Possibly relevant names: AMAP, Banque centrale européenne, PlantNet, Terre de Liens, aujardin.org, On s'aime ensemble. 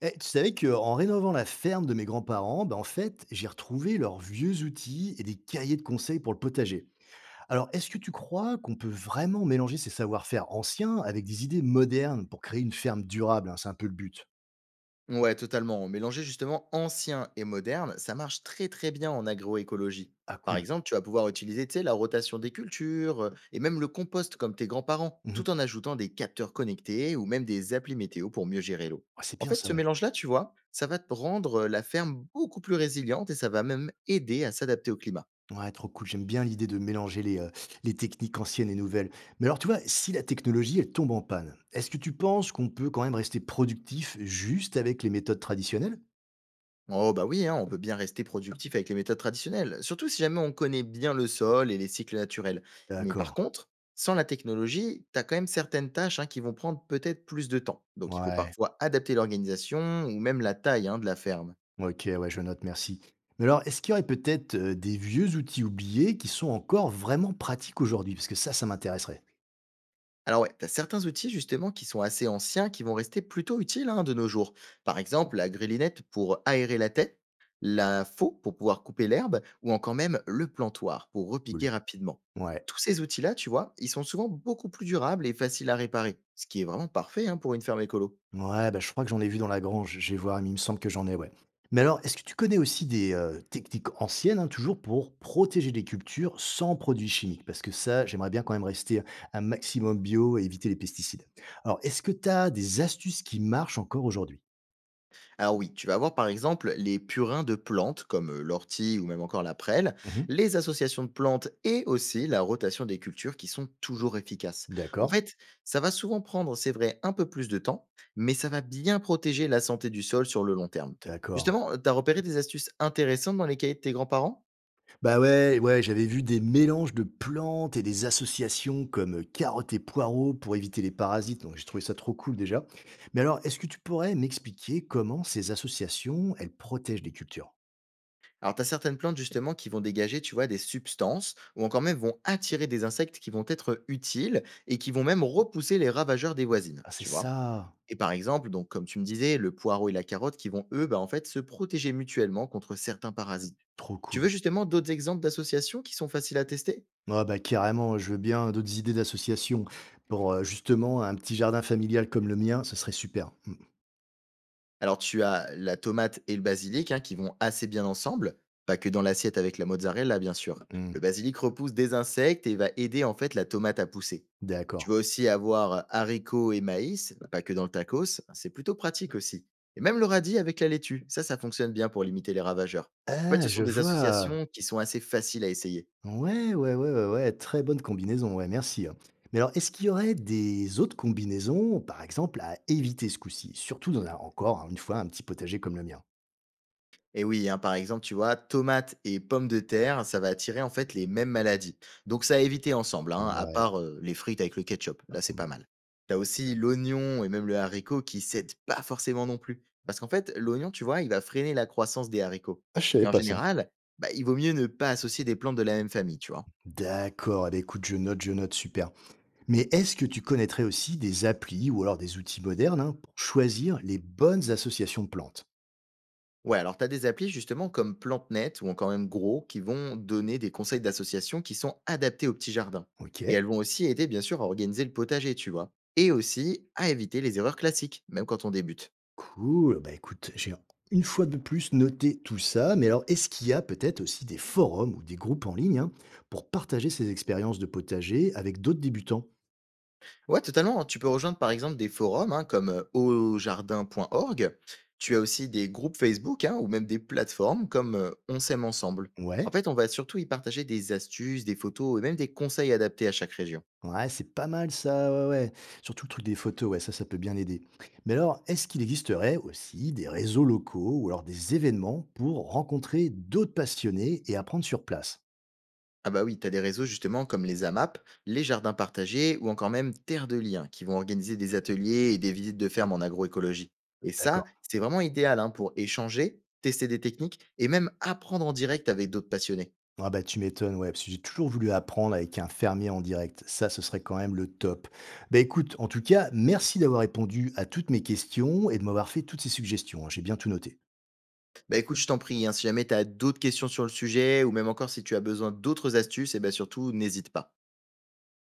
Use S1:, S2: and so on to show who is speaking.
S1: Eh, tu savais qu'en rénovant la ferme de mes grands-parents, ben, en fait, j'ai retrouvé leurs vieux outils et des cahiers de conseils pour le potager. Alors, est-ce que tu crois qu'on peut vraiment mélanger ces savoir-faire anciens avec des idées modernes pour créer une ferme durable, hein, c'est un peu le but.
S2: Ouais, totalement. Mélanger justement ancien et moderne, ça marche très très bien en agroécologie.
S1: Ah,
S2: Par
S1: cool.
S2: exemple, tu vas pouvoir utiliser, tu sais, la rotation des cultures et même le compost comme tes grands-parents, tout
S1: Mhm.
S2: en ajoutant des capteurs connectés ou même des applis météo pour mieux gérer l'eau.
S1: Ouais, c'est
S2: En
S1: bien
S2: fait,
S1: ça,
S2: ce
S1: ouais.
S2: mélange-là, tu vois, ça va te rendre la ferme beaucoup plus résiliente et ça va même aider à s'adapter au climat.
S1: Ouais, trop cool. J'aime bien l'idée de mélanger les les techniques anciennes et nouvelles. Mais alors, tu vois, si la technologie, elle tombe en panne, est-ce que tu penses qu'on peut quand même rester productif juste avec les méthodes traditionnelles.
S2: Oh bah oui, hein, on peut bien rester productif avec les méthodes traditionnelles, surtout si jamais on connaît bien le sol et les cycles naturels. Mais par
S1: D'accord.
S2: contre, sans la technologie, tu as quand même certaines tâches hein, qui vont prendre peut-être plus de temps. Donc il faut
S1: Ouais.
S2: parfois adapter l'organisation ou même la taille hein, de la ferme.
S1: OK, ouais, je note, merci. Mais alors, est-ce qu'il y aurait peut-être des vieux outils oubliés qui sont encore vraiment pratiques aujourd'hui? Parce que ça m'intéresserait.
S2: Alors ouais, t'as certains outils justement qui sont assez anciens, qui vont rester plutôt utiles hein, de nos jours. Par exemple, la grélinette pour aérer la tête, la faux pour pouvoir couper l'herbe, ou encore même le plantoir pour
S1: Cool.
S2: repiquer rapidement.
S1: Ouais.
S2: Tous ces outils-là, tu vois, ils sont souvent beaucoup plus durables et faciles à réparer, ce qui est vraiment parfait hein, pour une ferme écolo.
S1: Ouais, bah, je crois que j'en ai vu dans la grange. Je vais voir, mais il me semble que j'en ai, ouais. Mais alors, est-ce que tu connais aussi des techniques anciennes, hein, toujours pour protéger les cultures sans produits chimiques? Parce que ça, j'aimerais bien quand même rester un maximum bio et éviter les pesticides. Alors, est-ce que tu as des astuces qui marchent encore aujourd'hui?
S2: Alors oui, tu vas avoir par exemple les purins de plantes comme l'ortie ou même encore la prêle,
S1: Mhm.
S2: les associations de plantes et aussi la rotation des cultures qui sont toujours efficaces. En
S1: D'accord,
S2: fait, ça va souvent prendre, c'est vrai, un peu plus de temps, mais ça va bien protéger la santé du sol sur le long terme.
S1: d'accord.
S2: Justement, tu as repéré des astuces intéressantes dans les cahiers de tes grands-parents.
S1: Bah ouais, ouais, j'avais vu des mélanges de plantes et des associations comme carottes et poireaux pour éviter les parasites, donc j'ai trouvé ça trop cool déjà. Mais alors, est-ce que tu pourrais m'expliquer comment ces associations, elles protègent les cultures?
S2: Alors tu as certaines plantes justement qui vont dégager, tu vois, des substances ou encore même vont attirer des insectes qui vont être utiles et qui vont même repousser les ravageurs des voisines,
S1: Ah, c'est
S2: tu vois.
S1: ça,
S2: Et par exemple, donc comme tu me disais, le poireau et la carotte qui vont, eux, bah, en fait, se protéger mutuellement contre certains parasites.
S1: trop
S2: Tu
S1: cool.
S2: veux justement d'autres exemples d'associations qui sont faciles à tester?
S1: Ah bah carrément, je veux bien d'autres idées d'associations pour justement un petit jardin familial comme le mien, ce serait super. Mm,
S2: Alors, tu as la tomate et le basilic hein, qui vont assez bien ensemble, pas que dans l'assiette avec la mozzarella, bien sûr. Le
S1: mm,
S2: basilic repousse des insectes et va aider en fait la tomate à pousser. Tu
S1: d'accord.
S2: vas aussi avoir haricots et maïs, bah, pas que dans le tacos, hein, c'est plutôt pratique aussi. Et même le radis avec la laitue, ça fonctionne bien pour limiter les ravageurs. En fait,
S1: Ah,
S2: ce
S1: je
S2: sont des
S1: vois.
S2: associations qui sont assez faciles à essayer.
S1: Ouais, ouais, ouais, ouais, ouais, très bonne combinaison, ouais, merci, hein. Mais alors, est-ce qu'il y aurait des autres combinaisons, par exemple, à éviter ce coup-ci? Surtout encore, hein, une fois, un petit potager comme le mien.
S2: Et oui, hein, par exemple, tu vois, tomates et pommes de terre, ça va attirer en fait les mêmes maladies. Donc ça à éviter ensemble, hein, à
S1: Ouais.
S2: part les frites avec le ketchup. Là, c'est
S1: Hmm.
S2: pas mal. T'as aussi l'oignon et même le haricot qui s'aident pas forcément non plus. Parce qu'en fait, l'oignon, tu vois, il va freiner la croissance des haricots.
S1: Ah, je savais
S2: Et en
S1: pas ça.
S2: général, bah, il vaut mieux ne pas associer des plantes de la même famille, tu vois.
S1: D'accord, eh ben, écoute, je note, super. Mais est-ce que tu connaîtrais aussi des applis ou alors des outils modernes, hein, pour choisir les bonnes associations de plantes?
S2: Ouais, alors tu as des applis justement comme PlanteNet ou encore même Gros qui vont donner des conseils d'associations qui sont adaptés aux petits jardins.
S1: OK.
S2: Et elles vont aussi aider bien sûr à organiser le potager, tu vois. Et aussi à éviter les erreurs classiques, même quand on débute.
S1: Cool, bah écoute, j'ai une fois de plus noté tout ça, mais alors est-ce qu'il y a peut-être aussi des forums ou des groupes en ligne, hein, pour partager ces expériences de potager avec d'autres débutants?
S2: Ouais, totalement, hein. Tu peux rejoindre par exemple des forums hein, comme aujardin.org. Tu as aussi des groupes Facebook hein, ou même des plateformes comme On s'aime ensemble. En
S1: Ouais,
S2: fait, on va surtout y partager des astuces, des photos et même des conseils adaptés à chaque région.
S1: ouais, c'est pas mal ça, ouais, ouais. Surtout le truc des photos, ouais, ça peut bien aider. Mais alors, est-ce qu'il existerait aussi des réseaux locaux ou alors des événements pour rencontrer d'autres passionnés et apprendre sur place?
S2: Ah bah oui, t'as des réseaux justement comme les AMAP, les jardins partagés ou encore même Terre de Liens qui vont organiser des ateliers et des visites de fermes en agroécologie. Et ça,
S1: D'accord.
S2: c'est vraiment idéal hein, pour échanger, tester des techniques et même apprendre en direct avec d'autres passionnés.
S1: Ah bah tu m'étonnes, ouais, parce que j'ai toujours voulu apprendre avec un fermier en direct. Ça, ce serait quand même le top. Bah écoute, en tout cas, merci d'avoir répondu à toutes mes questions et de m'avoir fait toutes ces suggestions, hein. J'ai bien tout noté.
S2: Bah écoute, je t'en prie, hein, si jamais t'as d'autres questions sur le sujet ou même encore si tu as besoin d'autres astuces, et ben surtout n'hésite pas.